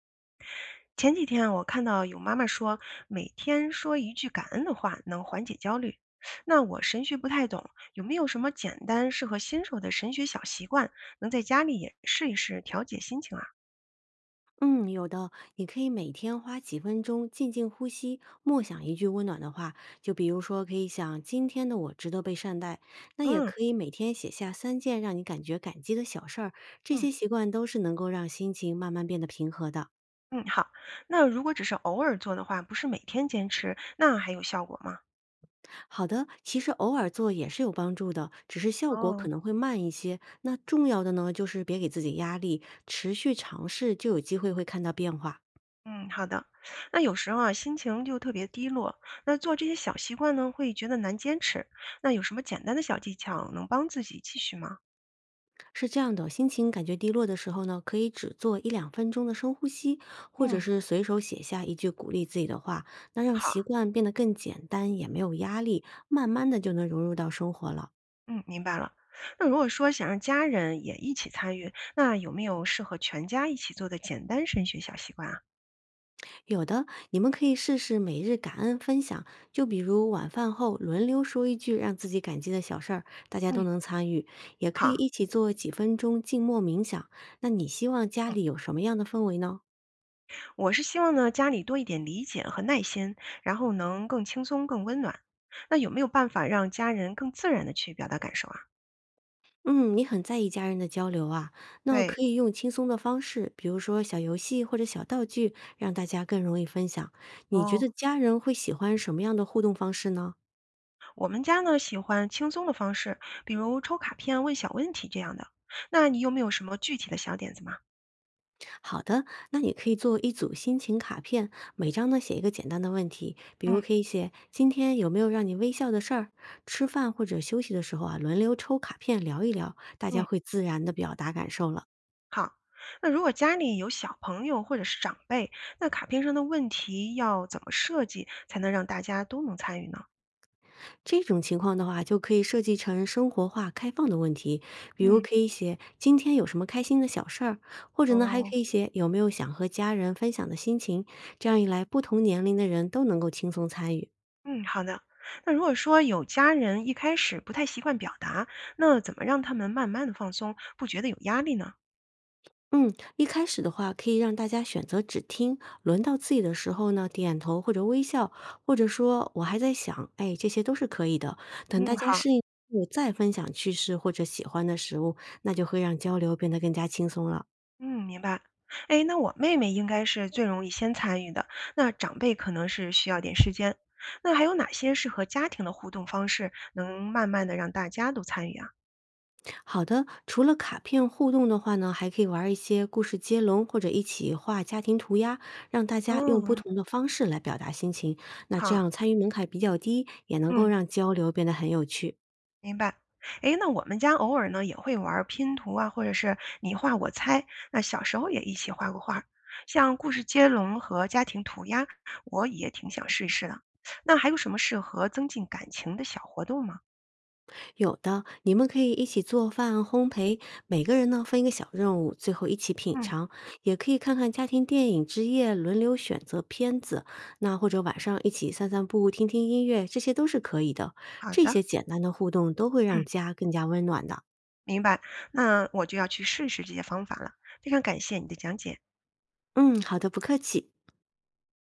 前几天啊我看到有妈妈说，每天说一句感恩的话能缓解焦虑。那我神学不太懂，有没有什么简单适合新手的神学小习惯，能在家里也试一试调节心情啊？嗯，有的，你可以每天花几分钟静静呼吸，默想一句温暖的话，就比如说可以想今天的我值得被善待，那也嗯可以每天写下三件让你感觉感激的小事儿，这嗯些习惯都是能够让心情慢慢变得平和的。嗯，好。那如果只是偶尔做的话，不是每天坚持，那还有效果吗？好的，其实偶尔做也是有帮助的，只是效果可哦，能会慢一些。那重要的呢，就是别给自己压力，持续尝试就有机会会看到变化。嗯，好的。那有时候啊，心情就特别低落，那做这些小习惯呢，会觉得难坚持。那有什么简单的小技巧能帮自己继续吗？是这样的，心情感觉低落的时候呢，可以只做一两分钟的深呼吸，或者嗯，是随手写下一句鼓励自己的话，那让习好。惯变得更简单，也没有压力，慢慢的就能融入到生活了。嗯，明白了。那如果说想让家人也一起参与，那有没有适合全家一起做的简单升学小习惯啊？有的，你们可以试试每日感恩分享，就比如晚饭后轮流说一句让自己感激的小事儿，大家嗯，都能参与，也可以好，一起做几分钟静默冥想。那你希望家嗯，里有什么样的氛围呢？我是希望呢家里多一点理解和耐心，然后能更轻松、更温暖。那有没有办法让家人更自然的去表达感受啊？嗯，你很在意家人的交流啊，那对，可以用轻松的方式，比如说小游戏或者小道具，让大家更容易分享。你觉哦，得家人会喜欢什么样的互动方式呢？我们家呢喜欢轻松的方式，比如抽卡片、问小问题这样的。那你有没有什么具体的小点子吗？好的，那你可以做一组心情卡片，每张呢写一个简单的问题，比如嗯可以写今天有没有让你微笑的事儿，吃饭或者休息的时候啊，轮流抽卡片聊一聊，大家嗯。会自然的表达感受了。好，那如果家里有小朋友或者是长辈，那卡片上的问题要怎么设计才能让大家都能参与呢？这种情况的话，就可以设计成生活化、开放的问题，比如嗯，可以写“今天有什么开心的小事儿”，或者呢，还哦，可以写“有没有想和家人分享的心情”。这样一来，不同年龄的人都能够轻松参与。嗯，好的。那如果说有家人一开始不太习惯表达，那怎么让他们慢慢的放松，不觉得有压力呢？嗯，一开始的话，可以让大家选择只听，轮到自己的时候呢，点头或者微笑，或者说“我还在想”，哎，这些都是可以的。等嗯，大家好，适应后，再分享趣事或者喜欢的食物，那就会让交流变得更加轻松了。嗯，明白。哎，那我妹妹应该是最容易先参与的，那长辈可能是需要点时间。那还有哪些适合家庭的互动方式，能慢慢的让大家都参与啊？好的，除了卡片互动的话呢，还可以玩一些故事接龙，或者一起画家庭涂鸦，让大家用不嗯，同的方式来表达心情。那这好。样参与门槛比较低，也能够嗯，让交流变得很有趣。明白。诶，那我们家偶尔呢也会玩儿拼图啊，或者是你画我猜。那小时候也一起画过画儿像故事接龙和家庭涂鸦，我也挺想试一试的。那还有什么适合增进感情的小活动吗？有的，你们可以一起做饭、烘焙，每个人呢分一个小任务，最后一起品嗯，尝。也可以看看家庭电影之夜，轮流选择片子。那或者晚上一起散散步、听听音乐，这些都是可以的。好这的，些简单的互动都会嗯，让家更加温暖的。明白。那我就要去试试这些方法了。非常感谢你的讲解。嗯，好的，不客气。